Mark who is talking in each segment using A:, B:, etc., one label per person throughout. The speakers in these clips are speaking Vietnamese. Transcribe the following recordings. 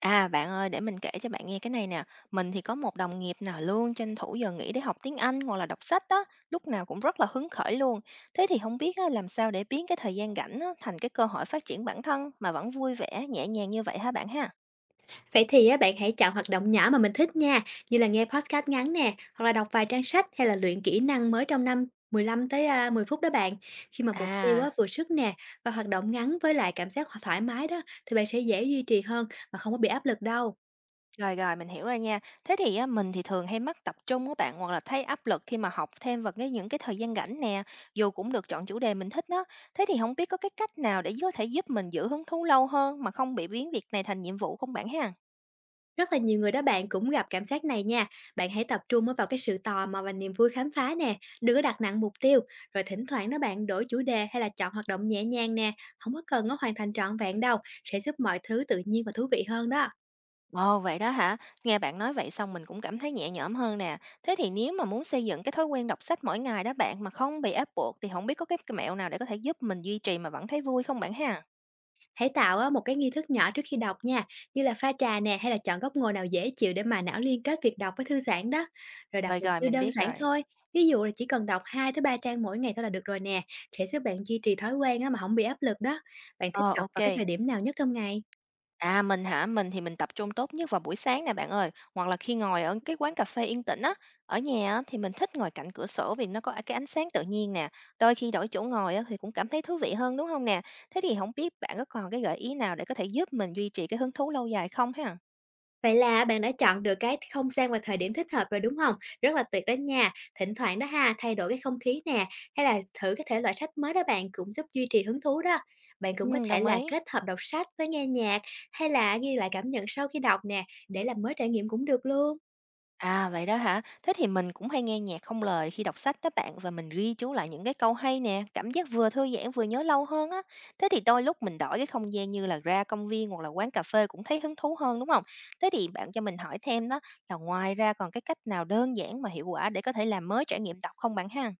A: À, bạn ơi, để mình kể cho bạn nghe cái này nè. Mình thì có một đồng nghiệp nào luôn tranh thủ giờ nghỉ để học tiếng Anh hoặc là đọc sách đó, lúc nào cũng rất là hứng khởi luôn. Thế thì không biết á, làm sao để biến cái thời gian rảnh á, thành cái cơ hội phát triển bản thân mà vẫn vui vẻ, nhẹ nhàng như vậy hả bạn ha?
B: Vậy thì á, bạn hãy chọn hoạt động nhỏ mà mình thích nha, như là nghe podcast ngắn nè, hoặc là đọc vài trang sách hay là luyện kỹ năng mới trong năm 15 tới à, 10 phút đó bạn. Khi mà mục tiêu á,
A: À,
B: vừa sức nè và hoạt động ngắn với lại cảm giác thoải mái đó thì bạn sẽ dễ duy trì hơn mà không có bị áp lực đâu.
A: rồi rồi, mình hiểu rồi nha. Thế thì á, mình thì thường hay mắc tập trung của bạn hoặc là thấy áp lực khi mà học thêm vào những thời gian rảnh nè, dù cũng được chọn chủ đề mình thích đó. Thế thì không biết có cái cách nào để có thể giúp mình giữ hứng thú lâu hơn mà không bị biến việc này thành nhiệm vụ không bạn ha?
B: Rất là nhiều người đó bạn cũng gặp cảm giác này nha. Bạn hãy tập trung á vào cái sự tò mò và niềm vui khám phá nè, đừng có đặt nặng mục tiêu. Rồi thỉnh thoảng đó bạn đổi chủ đề hay là chọn hoạt động nhẹ nhàng nè, không có cần nó hoàn thành trọn vẹn đâu, sẽ giúp mọi thứ tự nhiên và thú vị hơn đó.
A: Ồ, vậy đó hả? Nghe bạn nói vậy xong mình cũng cảm thấy nhẹ nhõm hơn nè. Thế thì nếu mà muốn xây dựng cái thói quen đọc sách mỗi ngày đó bạn mà không bị ép buộc thì không biết có cái mẹo nào để có thể giúp mình duy trì mà vẫn thấy vui không bạn ha?
B: Hãy tạo á, một cái nghi thức nhỏ trước khi đọc nha, như là pha trà nè hay là chọn góc ngồi nào dễ chịu để mà não liên kết việc đọc với thư giãn đó. Rồi đặt
A: Rồi
B: mục
A: rồi,
B: tiêu
A: mình
B: đơn
A: biết
B: giản
A: rồi.
B: thôi, ví dụ là chỉ cần đọc 2 tới 3 trang mỗi ngày thôi là được rồi nè, sẽ giúp bạn duy trì thói quen á, mà không bị áp lực đó. Bạn thích
A: Ờ,
B: đọc
A: ok.
B: vào cái thời điểm nào nhất trong ngày?
A: À, mình hả? Mình thì tập trung tốt nhất vào buổi sáng nè bạn ơi. Hoặc là khi ngồi ở cái quán cà phê yên tĩnh á. Ở nhà á, thì mình thích ngồi cạnh cửa sổ vì nó có cái ánh sáng tự nhiên nè. Đôi khi đổi chỗ ngồi á, thì cũng cảm thấy thú vị hơn đúng không nè? Thế thì không biết bạn có còn cái gợi ý nào để có thể giúp mình duy trì cái hứng thú lâu dài không ha?
B: Vậy là bạn đã chọn được cái không gian và thời điểm thích hợp rồi, đúng không? Rất là tuyệt đó nha. Thỉnh thoảng đó ha, thay đổi cái không khí nè, hay là thử cái thể loại sách mới đó bạn cũng giúp duy trì hứng thú đó. Bạn cũng có thể
A: Đồng
B: là
A: ý.
B: kết hợp đọc sách với nghe nhạc, hay là ghi lại cảm nhận sau khi đọc nè, để làm mới trải nghiệm cũng được luôn.
A: À, vậy đó hả? Thế thì mình cũng hay nghe nhạc không lời khi đọc sách đó bạn và mình ghi chú lại những cái câu hay nè, cảm giác vừa thư giãn vừa nhớ lâu hơn á. Thế thì đôi lúc mình đổi cái không gian như là ra công viên hoặc là quán cà phê cũng thấy hứng thú hơn đúng không? Thế thì bạn cho mình hỏi thêm đó là ngoài ra còn cái cách nào đơn giản mà hiệu quả để có thể làm mới trải nghiệm đọc không bạn ha?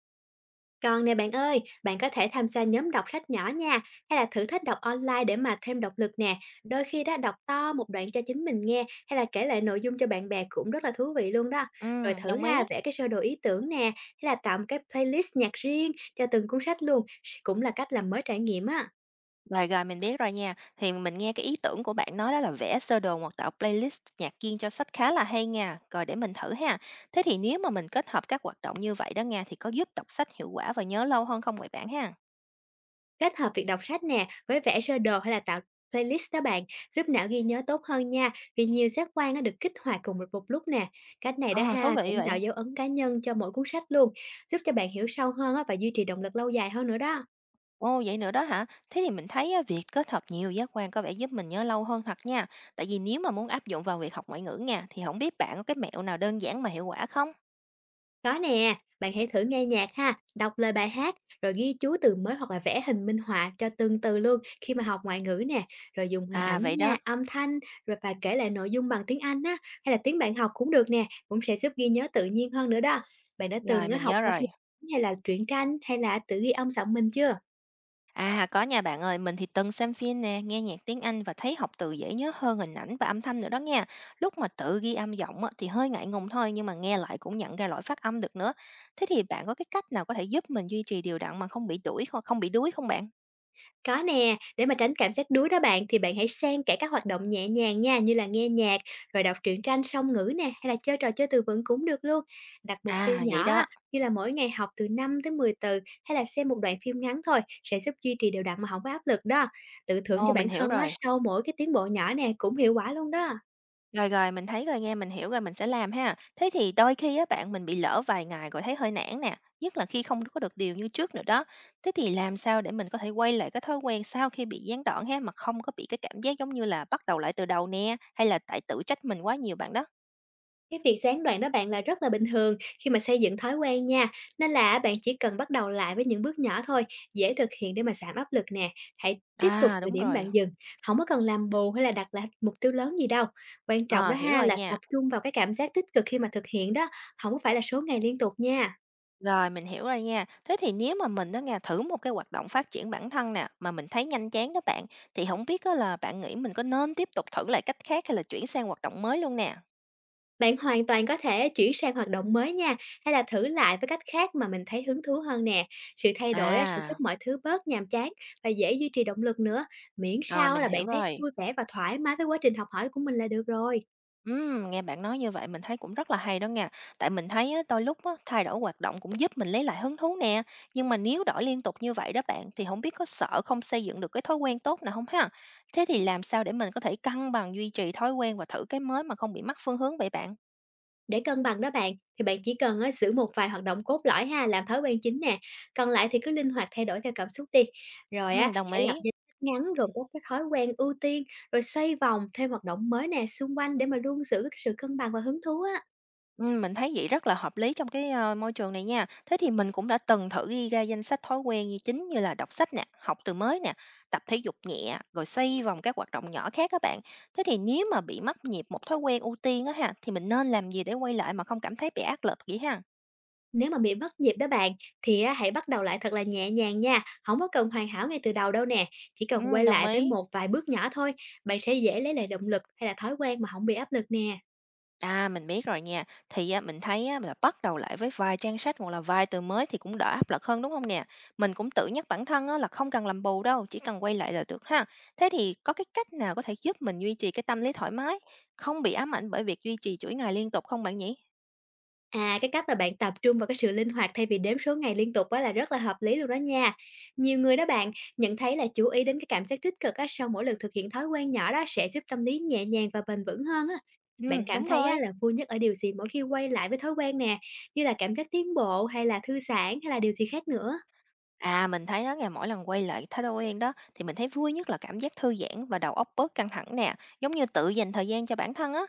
B: Còn nè bạn ơi, bạn có thể tham gia nhóm đọc sách nhỏ nha, hay là thử thách đọc online để mà thêm động lực nè. Đôi khi đã đọc to một đoạn cho chính mình nghe, hay là kể lại nội dung cho bạn bè cũng rất là thú vị luôn đó.
A: Ừ,
B: Rồi thử
A: đồng ý.
B: ha, vẽ cái sơ đồ ý tưởng nè, hay là tạo một cái playlist nhạc riêng cho từng cuốn sách luôn, cũng là cách làm mới trải nghiệm á.
A: Rồi, mình biết rồi nha. Thì mình nghe cái ý tưởng của bạn nói đó là vẽ sơ đồ hoặc tạo playlist nhạc riêng cho sách khá là hay nha. Rồi để mình thử ha. Thế thì nếu mà mình kết hợp các hoạt động như vậy đó nha thì có giúp đọc sách hiệu quả và nhớ lâu hơn không vậy bạn ha?
B: Kết hợp việc đọc sách nè với vẽ sơ đồ hay là tạo playlist đó bạn giúp não ghi nhớ tốt hơn nha, vì nhiều giác quan á được kích hoạt cùng một một lúc nè. Cách này đó
A: Ờ, thú
B: ha cũng
A: vị
B: tạo
A: vậy.
B: dấu ấn cá nhân cho mỗi cuốn sách luôn, giúp cho bạn hiểu sâu hơn á và duy trì động lực lâu dài hơn nữa đó.
A: Ồ, vậy nữa đó hả? Thế thì mình thấy á, việc kết hợp nhiều giác quan có vẻ giúp mình nhớ lâu hơn thật nha. Tại vì nếu mà muốn áp dụng vào việc học ngoại ngữ nha thì không biết bạn có cái mẹo nào đơn giản mà hiệu quả không?
B: Có nè, bạn hãy thử nghe nhạc ha, đọc lời bài hát, rồi ghi chú từ mới hoặc là vẽ hình minh họa cho từng từ luôn khi mà học ngoại ngữ nè, rồi dùng hình
A: À,
B: ảnh
A: vậy
B: nha,
A: đó.
B: âm thanh, rồi và kể lại nội dung bằng tiếng Anh á, hay là tiếng bạn học cũng được nè, cũng sẽ giúp ghi nhớ tự nhiên hơn nữa đó. Bạn đã từng
A: Rồi,
B: á,
A: mình
B: học
A: nhớ
B: qua phim
A: rồi.
B: hay là truyện tranh hay là tự ghi âm giọng mình chưa?
A: À, có nha bạn ơi, mình thì từng xem phim nè, nghe nhạc tiếng Anh và thấy học từ dễ nhớ hơn hình ảnh và âm thanh nữa đó nha. Lúc mà tự ghi âm giọng á, thì hơi ngại ngùng thôi nhưng mà nghe lại cũng nhận ra lỗi phát âm được nữa. Thế thì bạn có cái cách nào có thể giúp mình duy trì đều đặn mà không bị đuổi không không bị đuối không bạn?
B: Có nè, để mà tránh cảm giác đuối đó bạn thì bạn hãy xen kẽ các hoạt động nhẹ nhàng nha, như là nghe nhạc, rồi đọc truyện tranh song ngữ nè hay là chơi trò chơi từ vựng cũng được luôn. Đặt mục tiêu
A: À, vậy
B: nhỏ
A: đó.
B: á, như là mỗi ngày học từ 5 tới 10 từ, hay là xem một đoạn phim ngắn thôi, sẽ giúp duy trì đều đặn mà không có áp lực đó. Tự thưởng cho
A: Ồ,
B: bản
A: mình hiểu
B: thân á,
A: rồi.
B: sau mỗi cái tiến bộ nhỏ nè cũng hiệu quả luôn đó.
A: Rồi, mình thấy rồi nghe mình hiểu rồi, mình sẽ làm ha. Thế thì đôi khi á bạn, mình bị lỡ vài ngày rồi thấy hơi nản nè, nhất là khi không có được điều như trước nữa đó. Thế thì làm sao để mình có thể quay lại cái thói quen sau khi bị gián đoạn ha, mà không có bị cái cảm giác giống như là bắt đầu lại từ đầu nè, hay là tại tự trách mình quá nhiều bạn đó?
B: Cái việc gián đoạn đó bạn là rất là bình thường khi mà xây dựng thói quen nha. Nên là bạn chỉ cần bắt đầu lại với những bước nhỏ thôi, dễ thực hiện để mà giảm áp lực nè. Hãy tiếp tục
A: À,
B: từ
A: đúng
B: điểm
A: rồi.
B: bạn dừng, không có cần làm bù hay là đặt lại mục tiêu lớn gì đâu. Quan trọng
A: Ờ,
B: đó
A: hiểu
B: ha
A: rồi
B: là tập
A: nha.
B: trung vào cái cảm giác tích cực khi mà thực hiện đó, không có phải là số ngày liên tục nha.
A: Rồi, mình hiểu rồi nha. Thế thì nếu mà mình đó nghe thử một cái hoạt động phát triển bản thân nè, mà mình thấy nhanh chán đó bạn, thì không biết á là bạn nghĩ mình có nên tiếp tục thử lại cách khác hay là chuyển sang hoạt động mới luôn nè?
B: Bạn hoàn toàn có thể chuyển sang hoạt động mới nha, hay là thử lại với cách khác mà mình thấy hứng thú hơn nè. Sự thay đổi á, sẽ giúp
A: À.
B: mọi thứ bớt nhàm chán và dễ duy trì động lực nữa, miễn
A: À,
B: sao
A: mình
B: là bạn
A: hiểu
B: thấy
A: rồi.
B: vui vẻ và thoải mái với quá trình học hỏi của mình là được rồi.
A: Nghe bạn nói như vậy mình thấy cũng rất là hay đó nha. Tại mình thấy á, đôi lúc á, thay đổi hoạt động cũng giúp mình lấy lại hứng thú nè. Nhưng mà nếu đổi liên tục như vậy đó bạn thì không biết có sợ không xây dựng được cái thói quen tốt nào không ha? Thế thì làm sao để mình có thể cân bằng duy trì thói quen và thử cái mới mà không bị mất phương hướng vậy bạn?
B: Để cân bằng đó bạn, thì bạn chỉ cần á, giữ một vài hoạt động cốt lõi ha, làm thói quen chính nè. Còn lại thì cứ linh hoạt thay đổi theo cảm xúc đi. Rồi á,
A: Ừ, đồng
B: hãy
A: ý.
B: lập danh sách ngắn gồm các cái thói quen ưu tiên, rồi xoay vòng thêm hoạt động mới nè xung quanh để mà luôn giữ cái sự cân bằng và hứng thú á.
A: Mình thấy vậy rất là hợp lý trong cái, môi trường này nha. Thế thì mình cũng đã từng thử ghi ra danh sách thói quen như chính như là đọc sách nè, học từ mới nè, tập thể dục nhẹ, rồi xoay vòng các hoạt động nhỏ khác các bạn. Thế thì nếu mà bị mắc nhịp một thói quen ưu tiên á ha, thì mình nên làm gì để quay lại mà không cảm thấy bị áp lực vậy ha?
B: Nếu mà bị mất nhịp đó bạn, thì á, hãy bắt đầu lại thật là nhẹ nhàng nha, không có cần hoàn hảo ngay từ đầu đâu nè, chỉ cần quay
A: Đồng
B: lại với
A: ý.
B: một vài bước nhỏ thôi, bạn sẽ dễ lấy lại động lực hay là thói quen mà không bị áp lực nè.
A: À, mình biết rồi nha. Thì á, mình thấy á, là bắt đầu lại với vài trang sách hoặc là vài từ mới thì cũng đỡ áp lực hơn đúng không nè? Mình cũng tự nhắc bản thân á, là không cần làm bù đâu, chỉ cần quay lại là được ha. Thế thì có cái cách nào có thể giúp mình duy trì cái tâm lý thoải mái, không bị ám ảnh bởi việc duy trì chuỗi ngày liên tục không bạn nhỉ?
B: À, cái cách mà bạn tập trung vào cái sự linh hoạt thay vì đếm số ngày liên tục á là rất là hợp lý luôn đó nha. Nhiều người đó bạn, nhận thấy là chú ý đến cái cảm giác tích cực á sau mỗi lần thực hiện thói quen nhỏ đó sẽ giúp tâm lý nhẹ nhàng và bền vững hơn á.
A: Ừ,
B: Bạn cảm
A: đúng
B: thấy á
A: rồi.
B: là vui nhất ở điều gì mỗi khi quay lại với thói quen nè, như là cảm giác tiến bộ, hay là thư giãn, hay là điều gì khác nữa?
A: À, mình thấy đó ngày mỗi lần quay lại thói quen đó thì mình thấy vui nhất là cảm giác thư giãn và đầu óc bớt căng thẳng nè, giống như tự dành thời gian cho bản thân á.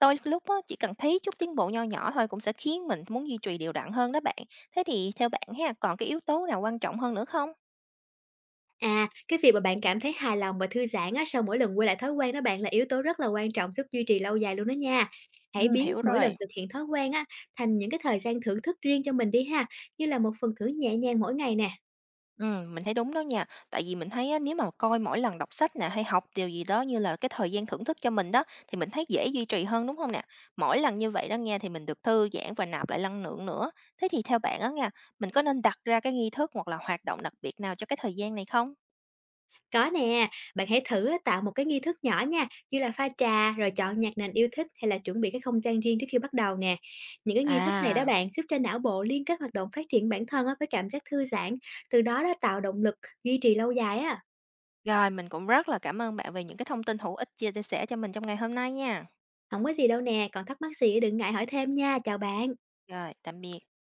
A: Đôi lúc á, chỉ cần thấy chút tiến bộ nho nhỏ thôi cũng sẽ khiến mình muốn duy trì đều đặn hơn đó bạn. Thế thì theo bạn ha, còn cái yếu tố nào quan trọng hơn nữa không?
B: À, cái việc mà bạn cảm thấy hài lòng và thư giãn á, sau mỗi lần quay lại thói quen đó bạn là yếu tố rất là quan trọng giúp duy trì lâu dài luôn đó nha. Hãy
A: Ừ,
B: biến
A: hiểu
B: mỗi lần
A: rồi.
B: thực hiện thói quen á, thành những cái thời gian thưởng thức riêng cho mình đi ha, như là một phần thưởng nhẹ nhàng mỗi ngày nè.
A: Mình thấy đúng đó nha. Tại vì mình thấy á, nếu mà coi mỗi lần đọc sách nè, hay học điều gì đó như là cái thời gian thưởng thức cho mình đó, thì mình thấy dễ duy trì hơn, đúng không nè? Mỗi lần như vậy đó nghe thì mình được thư giãn và nạp lại năng lượng nữa. Thế thì theo bạn á nha, mình có nên đặt ra cái nghi thức hoặc là hoạt động đặc biệt nào cho cái thời gian này không?
B: Có nè, bạn hãy thử á, tạo một cái nghi thức nhỏ nha, như là pha trà, rồi chọn nhạc nền yêu thích hay là chuẩn bị cái không gian riêng trước khi bắt đầu nè. Những cái nghi thức này đó
A: À,
B: bạn giúp cho não bộ liên kết hoạt động phát triển bản thân á, với cảm giác thư giãn, từ đó đó tạo động lực duy trì lâu dài á.
A: rồi mình cũng rất là cảm ơn bạn về những cái thông tin hữu ích chia chia sẻ cho mình trong ngày hôm nay nha.
B: Không có gì đâu nè, còn thắc mắc gì đừng ngại hỏi thêm nha. Chào bạn.
A: Rồi, tạm biệt.